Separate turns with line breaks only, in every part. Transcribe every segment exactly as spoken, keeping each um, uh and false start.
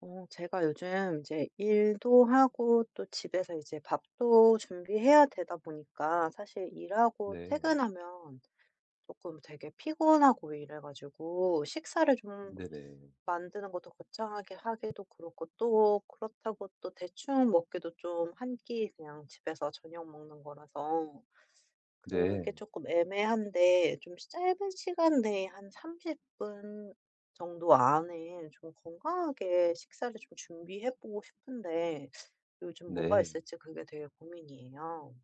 어 제가 요즘 이제 일도 하고 또 집에서 이제 밥도 준비해야 되다 보니까 사실 일하고
네.
퇴근하면 조금 되게 피곤하고 이래 가지고 식사를 좀
네네.
만드는 것도 거창하게 하기도 그렇고, 또 그렇다고 또 대충 먹기도 좀, 한끼 그냥 집에서 저녁 먹는 거라서 그게
네.
조금 애매한데, 좀 짧은 시간 내에 한 삼십 분 정도 안에 좀 건강하게 식사를 좀 준비해 보고 싶은데 요즘 뭐가
네.
있을지 그게 되게 고민이에요.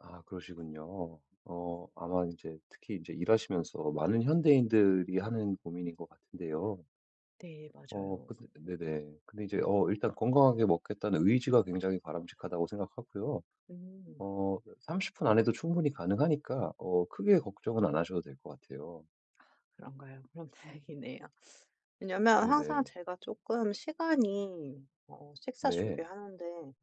아 그러시군요. 어 아마 이제 특히 이제 일하시면서 많은 현대인들이 하는 고민인 것 같은데요.
네,
어
맞아요.
근데 네네. 근데 이제 어 일단 건강하게 먹겠다는 의지가 굉장히 바람직하다고 생각하고요.
음.
어 삼십 분 안에도 충분히 가능하니까 어 크게 걱정은 안 하셔도 될 것 같아요.
그런가요? 그럼 다행이네요. 왜냐면 항상
네네.
제가 조금 시간이 어 식사
네.
준비하는데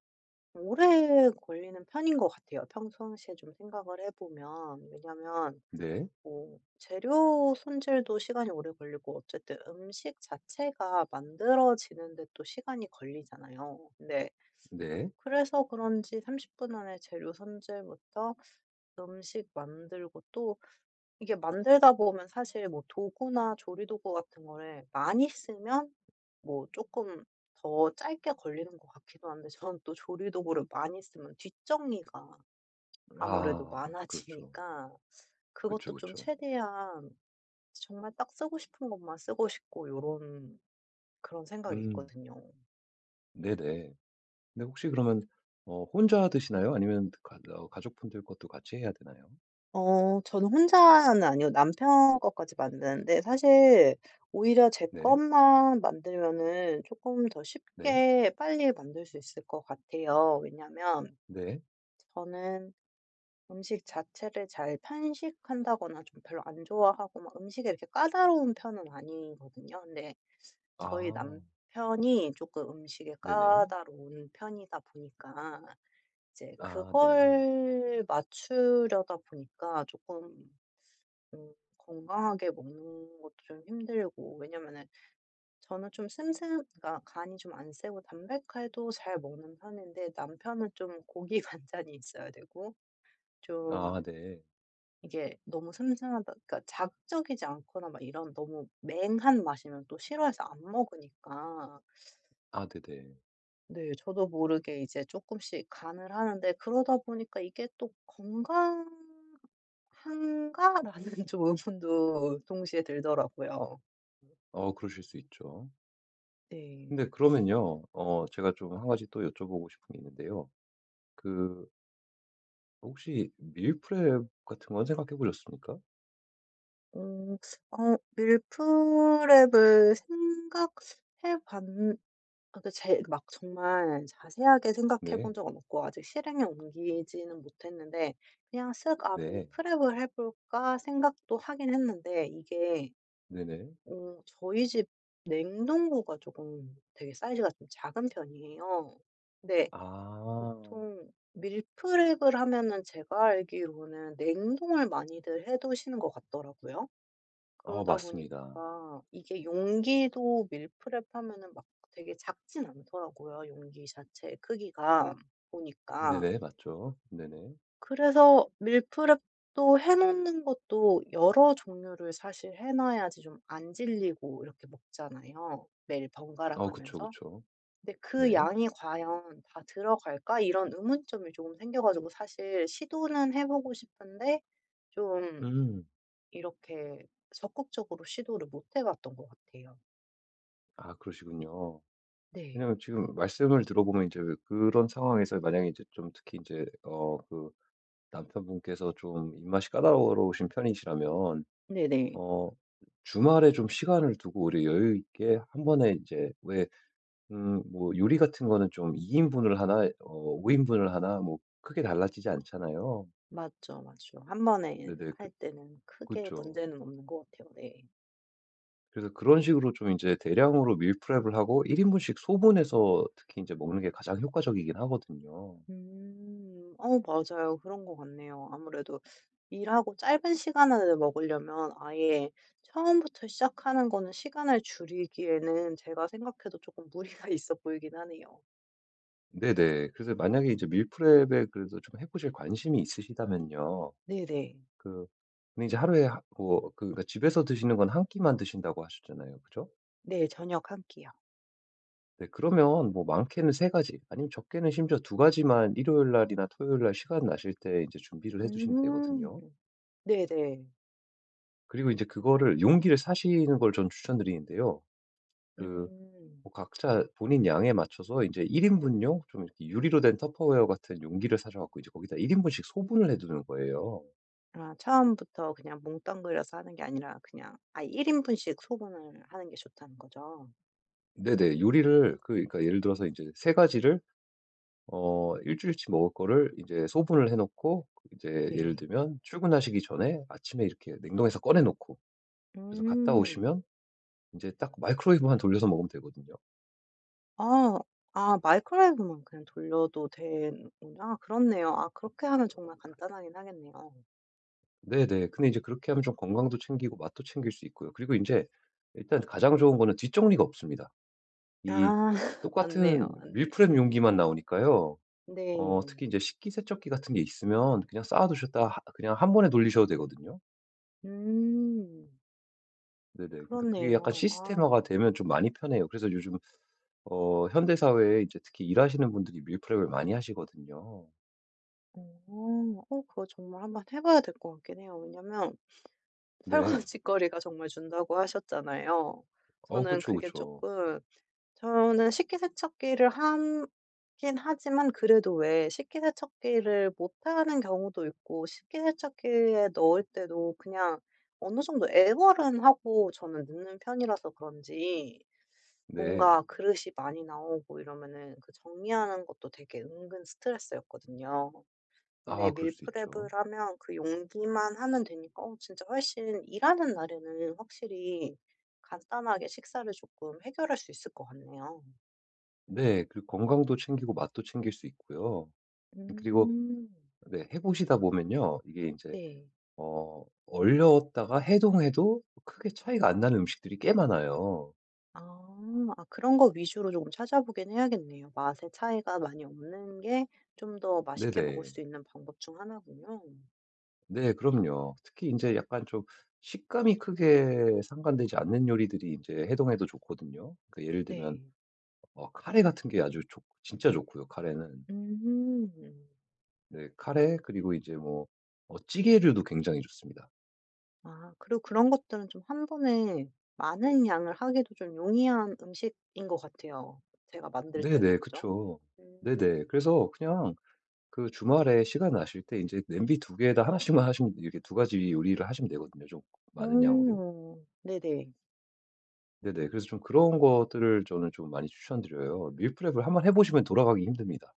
오래 걸리는 편인 것 같아요, 평상시에 좀 생각을 해 보면. 왜냐면
네.
뭐 재료 손질도 시간이 오래 걸리고, 어쨌든 음식 자체가 만들어지는 데 또 시간이 걸리잖아요. 근데
네.
그래서 그런지 삼십 분 안에 재료 손질부터 음식 만들고, 또 이게 만들다 보면 사실 뭐 도구나 조리도구 같은 거를 많이 쓰면 뭐 조금 더 짧게 걸리는 것 같기도 한데, 저는 또 조리도구를 많이 쓰면 뒷정리가 아무래도
아 그렇죠.
많아지니까,
그쵸,
그것도 좀
그쵸.
최대한 정말 딱 쓰고 싶은 것만 쓰고 싶고, 요런 그런 생각이
음.
있거든요.
네네. 근데 혹시 그러면 어 혼자 드시나요? 아니면 가 어 가족분들 것도 같이 해야 되나요?
어 저는 혼자는 아니고 남편 것까지 만드는데, 사실 오히려 제
네.
것만 만들면은 조금 더
네.
쉽게 빨리 만들 수 있을 것 같아요. 왜냐면
네.
저는 음식 자체를 잘 편식한다거나 좀 별로 안 좋아하고 막 음식에 이렇게 까다로운 편은 아니거든요. 근데 저희
아.
남편이 조금 음식에
네네.
까다로운 편이다 보니까, 이제
아 네.
그걸 맞추려다 보니까 조금 좀 건강하게 먹는 것도 좀 힘들고, 왜냐면은 저는 좀 슴슴, 그러니까 간이 좀 안 세고 담백해도 잘 먹는 편인데, 남편은 좀 고기 간장이 있어야 되고,
아
좀
네.
이게 너무 슴슴하다, 그러니까 자극적이지 않거나 막 이런 너무 맹한 맛이면 또 싫어해서 안 먹으니까,
아 네네.
네, 저도 모르게 이제 조금씩 간을 하는데, 그러다 보니까 이게 또 '건강한가?'라는 좀 의문도 동시에 들더라고요.
어 그러실 수 있죠.
네.
근데 그러면요. 어 제가 좀 한 가지 또 여쭤보고 싶은 게 있는데요. 그 혹시 밀프렙 같은 건 생각해 보셨습니까?
어. 어 밀프렙을 생각해 봤는 아 그 제 막 정말 자세하게 생각해
네.
본 적은 없고, 아직 실행에 옮기지는 못했는데, 그냥 쓱 '아
네.
밀프렙을 해 볼까.' 생각도 하긴 했는데, 이게
네네.
어 저희 집 냉동고가 조금 되게 사이즈가 좀 작은 편이에요. 근데
아.
보통 밀프렙을 하면은 제가 알기로는 냉동을 많이들 해 두시는 것 같더라고요.
아
그러다
맞습니다.
보니까 이게 용기도 밀프렙 하면은 막 되게 작진 않더라고요, 용기 자체의 크기가 보니까.
네네. 맞죠. 네네.
그래서 밀프렙도 해 놓는 것도 여러 종류를 사실 해 놔야지 좀 안 질리고 이렇게 먹잖아요, 매일 번갈아
어 그쵸,
가면서.
그쵸.
근데 '그
네.
양이 과연 다 들어갈까?' 이런 의문점이 조금 생겨 가지고 사실 시도는 해 보고 싶은데, 좀
음.
이렇게 적극적으로 시도를 못 해 봤던 것 같아요.
아 그러시군요.
네.
왜냐면 지금 말씀을 들어보면 이제 그런 상황에서 만약에 이제 좀 특히 이제 어 그 남편분께서 좀 입맛이 까다로우신 편이시라면
네네.
어 주말에 좀 시간을 두고 우리 여유 있게 한 번에 이제 왜 음 뭐 요리 같은 거는 좀 이 인분 인분을 하나 어 오 인분 인분을 하나 뭐 크게 달라지지 않잖아요.
맞죠, 맞죠. 한 번에
네네. 그
할 때는 크게
그쵸.
문제는 없는 것 같아요. 네.
그래서 그런 식으로 좀 이제 대량으로 밀프렙을 하고 일 인분 인분씩 소분해서 특히 이제 먹는 게 가장 효과적이긴 하거든요.
음. 어, 맞아요. 그런 것 같네요. 아무래도 일하고 짧은 시간 안에 먹으려면, 아예 처음부터 시작하는 거는 시간을 줄이기에는 제가 생각해도 조금 무리가 있어 보이긴 하네요.
네네. 그래서 만약에 이제 밀프렙에 그래서 좀 해 보실 관심이 있으시다면요.
네네.
그 근데 이제 하루에 하 뭐 그 그러니까 집에서 드시는 건 한 끼만 드신다고 하셨잖아요. 그죠?
네. 저녁 한 끼요.
네 그러면 뭐 많게는 세 가지 아니면 적게는 심지어 두 가지만 일요일 날이나 토요일 날 시간 나실 때 이제 준비를 해 두시면 되거든요.
음. 네네.
그리고 이제 그거를 용기를 사시는 걸 전 추천드리는데요. 그
음.
뭐 각자 본인 양에 맞춰서 이제1 인분용 좀 이렇게 유리로 된 터퍼웨어 같은 용기를 사셔 갖고 이제 거기다 일 인분 인분씩 소분을 해 두는 거예요.
아 처음부터 그냥 몽땅 그려서 하는 게 아니라, 그냥 아예 일 인분 인분씩 소분을 하는 게 좋다는 거죠?
네네. 요리를 그 그러니까 예를 들어서 인제 세 가지를 어 일 주일치 먹을 거를 이제 소분을 해 놓고 이제 예를
네.
들면 출근하시기 전에 아침에 이렇게 냉동해서 꺼내 놓고 그래서 갔다
음.
오시면 인제 딱 마이크로웨이브만 돌려서 먹으면 되거든요.
아. 아 마이크로웨이브만 그냥 돌려도 되는구나. 그렇네요. 아 그렇게 하면 정말 간단하긴 하겠네요.
네네. 근데 이제 그렇게 하면 좀 건강도 챙기고 맛도 챙길 수 있고요. 그리고 인제 일단 가장 좋은 거는 뒷정리가 없습니다. 이
아
똑같은
맞네요, 맞네요.
밀프렙 용기만 나오니까요. 어
네.
특히 이제 식기세척기 같은 게 있으면 그냥 쌓아 두셨다가 하 그냥 한 번에 돌리셔도 되거든요.
음.
네네. 그러니까 그게 약간
그렇네요. 아.
시스템화가 되면 좀 많이 편해요. 그래서 요즘 어 현대 사회에 이제 특히 일하시는 분들이 밀프렙을 많이 하시거든요.
어. 어 그거 정말 한번 해 봐야 될 것 같긴 해요. 왜냐면
네.
설거짓거리가 정말 준다고 하셨잖아요.
어
저는
그쵸,
그게
그쵸.
조금. 저는 식기세척기를 하긴 하지만 그래도 왜, 식기세척기를 못하는 경우도 있고, 식기세척기에 넣을 때도 그냥 어느 정도 애벌은 하고 저는 넣는 편이라서 그런지,
네.
뭔가 그릇이 많이 나오고 이러면은 그 정리하는 것도 되게 은근 스트레스였거든요.
아
근데
그럴 수 있죠.
밀프렙을 하면 그 용기만 하면 되니까, 어 진짜 훨씬 일하는 날에는 확실히 간단하게 식사를 조금 해결할 수 있을 것 같네요.
네. 그리고 건강도 챙기고 맛도 챙길 수 있고요. 그리고
음.
네 해 보시다 보면요. 이게 인제
네.
어 얼렸다가 해동해도 크게 차이가 안 나는 음식들이 꽤 많아요.
아. 아 그런 거 위주로 조금 찾아보긴 해야겠네요. 맛의 차이가 많이 없는 게 좀 더 맛있게 먹을
네네.
수 있는 방법 중 하나군요.
네 그럼요. 특히 이제 약간 좀 식감이 크게 상관되지 않는 요리들이 이제 해동에도 좋거든요. 그러니까 예를 들면
네.
어 카레 같은 게 아주 좋 진짜 좋고요 카레는.
음.
네 카레 그리고 이제 뭐 어 찌개류도 굉장히 좋습니다.
아 그리고 그런 것들은 좀 한 번에 많은 양을 하기도 좀 용이한 음식인 것 같아요. 제가 만들 때도
네네.
그죠?
그쵸.
음.
네네. 그래서 그냥 그 주말에 시간 나실 때 이제 냄비 두 개에다 하나 씩만 하시면 이렇게 두 가지 요리를 하시면 되거든요 좀 많은 양으로.
오, 네네.
네네. 그래서 좀 그런 것들을 저는 좀 많이 추천드려요. 밀프렙을 한번 해 보시면 돌아가기 힘듭니다.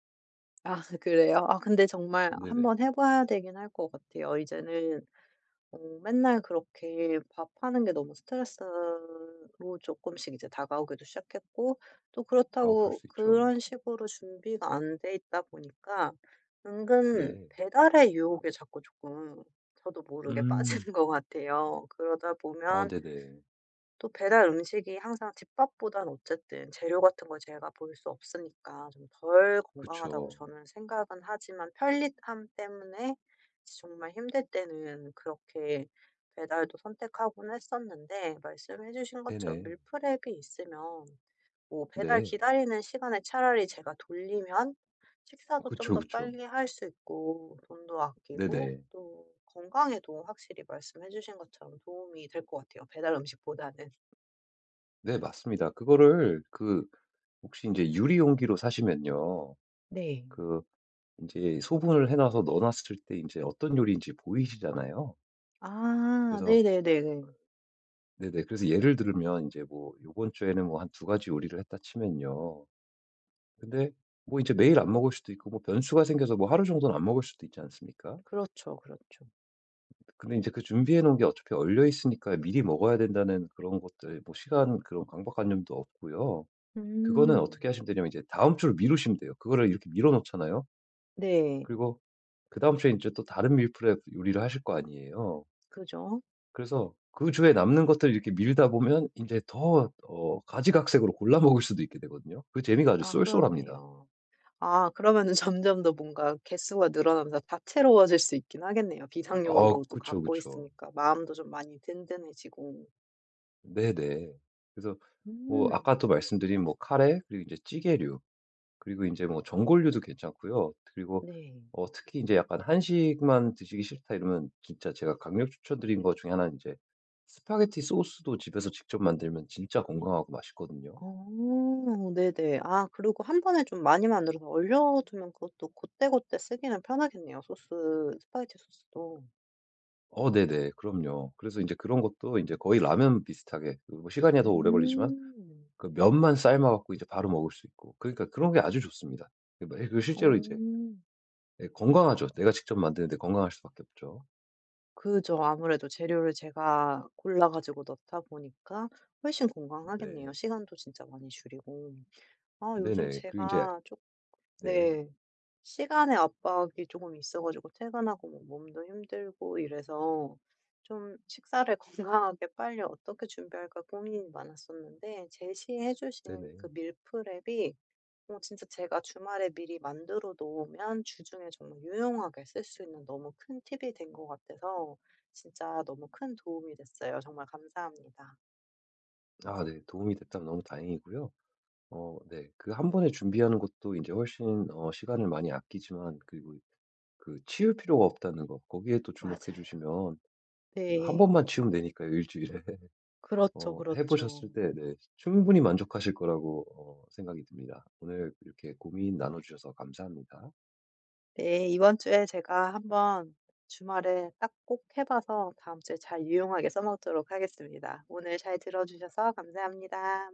아 그래요? 아 근데 정말
네네.
한번 해 봐야 되긴 할 것 같아요, 이제는. 어 맨날 그렇게 밥하는 게 너무 스트레스로 조금씩 이제 다가오기도 시작했고, 또
아 그럴
그렇다고
수 있죠.
그런 식으로 준비가 안 돼 있다 보니까 은근
네.
배달의 유혹에 자꾸 조금 저도 모르게
음.
빠지는 것 같아요. 그러다
아
보면
네네.
또 배달 음식이 항상 집밥보단 어쨌든 재료 같은 걸 제가 볼 수 없으니까 좀 덜 건강하다고
그쵸.
저는 생각은 하지만, 편리함 때문에 정말 힘들 때는 그렇게 배달도 선택하곤 했었는데, 말씀해 주신 것처럼
네네.
밀프렙이 있으면 뭐 배달
네.
기다리는 시간에 차라리 제가 돌리면 식사도 좀
그쵸,
더
그쵸.
빨리 할 수 있고, 돈도 아끼고,
네네.
또 건강에도 확실히 말씀해 주신 것처럼 도움이 될 것 같아요, 배달 음식보다는.
네 맞습니다. 그거를 그 혹시 이제 유리 용기로 사시면요.
네.
그 이제 소분을 해 놔서 넣어 놨을 때 이제 어떤 요리인지 보이시잖아요.
아
그래서
네네네.
네네. 그래서 예를 들면 이제 뭐 요번 주에는 뭐 한 두 가지 요리를 했다 치면요. 근데 뭐 이제 매일 안 먹을 수도 있고 뭐 변수가 생겨서 뭐 하루 정도는 안 먹을 수도 있지 않습니까?
그렇죠, 그렇죠.
근데 이제 그 준비해 놓은 게 어차피 얼려 있으니까 미리 먹어야 된다는 그런 것들 뭐 시간 그런 강박관념도 없고요. 그거는
음.
어떻게 하시면 되냐면 이제 다음 주로 미루시면 돼요. 그거를 이렇게 미뤄 놓잖아요.
네.
그리고 그다음 주에 이제 또 다른 밀프렙 요리를 하실 거 아니에요.
그죠.
그래서 그 주에 남는 것들을 이렇게 밀다 보면 이제 더 어 가지각색으로 골라 먹을 수도 있게 되거든요. 그 재미가 아주
아
쏠쏠합니다.
그렇네요. 아 그러면은 점점 더 뭔가 개수가 늘어나면서 다채로워질 수 있긴 하겠네요.
아
비상용으로 또
그쵸,
갖고
그쵸.
있으니까 마음도 좀 많이 든든해지고.
네네. 그래서 뭐
음.
아까 또 말씀드린 뭐 카레 그리고 이제 찌개류 그리고 이제 뭐 전골류도 괜찮고요. 그리고
네.
어 특히 이제 약간 '한식만 드시기 싫다.' 이러면 진짜 제가 강력 추천드린 것 중에 하나는 이제 스파게티 소스도 집에서 직접 만들면 진짜 건강하고 맛있거든요.
어, 네네. 아 그리고 한 번에 좀 많이 만들어서 얼려 두면 그것도 고때고때 쓰기는 편하겠네요, 소스, 스파게티 소스도.
어 네네. 그럼요. 그래서 이제 그런 것도 이제 거의 라면 비슷하게 그뭐 시간이 더 오래 걸리지만
음.
그 면만 삶아 갖고 이제 바로 먹을 수 있고 그러니까 그런 게 아주 좋습니다. 그 뭐 예 그 실제로
어.
이제 예 건강하죠. 내가 직접 만드는데 건강할 수밖에 없죠.
그죠. 아무래도 재료를 제가 골라 가지고 넣다 보니까 훨씬 건강하겠네요.
네.
시간도 진짜 많이 줄이고. 아 요즘
네네. 그리고 이제
제가 쪼
네.
네. 시간의 압박이 조금 있어 가지고 퇴근하고 뭐 몸도 힘들고 이래서 좀 식사를 건강하게 빨리 어떻게 준비할까 고민이 많았었는데, 제시해 주신 그
네네.
밀프렙이 어 진짜 제가 주말에 미리 만들어 놓으면 주중에 정말 유용하게 쓸 수 있는 너무 큰 팁이 된 것 같아서 진짜 너무 큰 도움이 됐어요. 정말 감사합니다.
아 네. 도움이 됐다면 너무 다행이고요. 어 네. 그 한 번에 준비하는 것도 이제 훨씬 어 시간을 많이 아끼지만 그리고 그 치울 필요가 없다는 거 거기에 또 주목해
맞아요.
주시면 이거 한
네.
번만 치우면 되니까요 일 주일에.
그렇죠,
어 해
그렇죠.
보셨을 때 네 충분히 만족하실 거라고 어 생각이 듭니다. 오늘 이렇게 고민 나눠 주셔서 감사합니다.
네. 이번 주에 제가 한번 주말에 딱 꼭 해 봐서 다음 주에 잘 유용하게 써 먹도록 하겠습니다. 오늘 잘 들어 주셔서 감사합니다.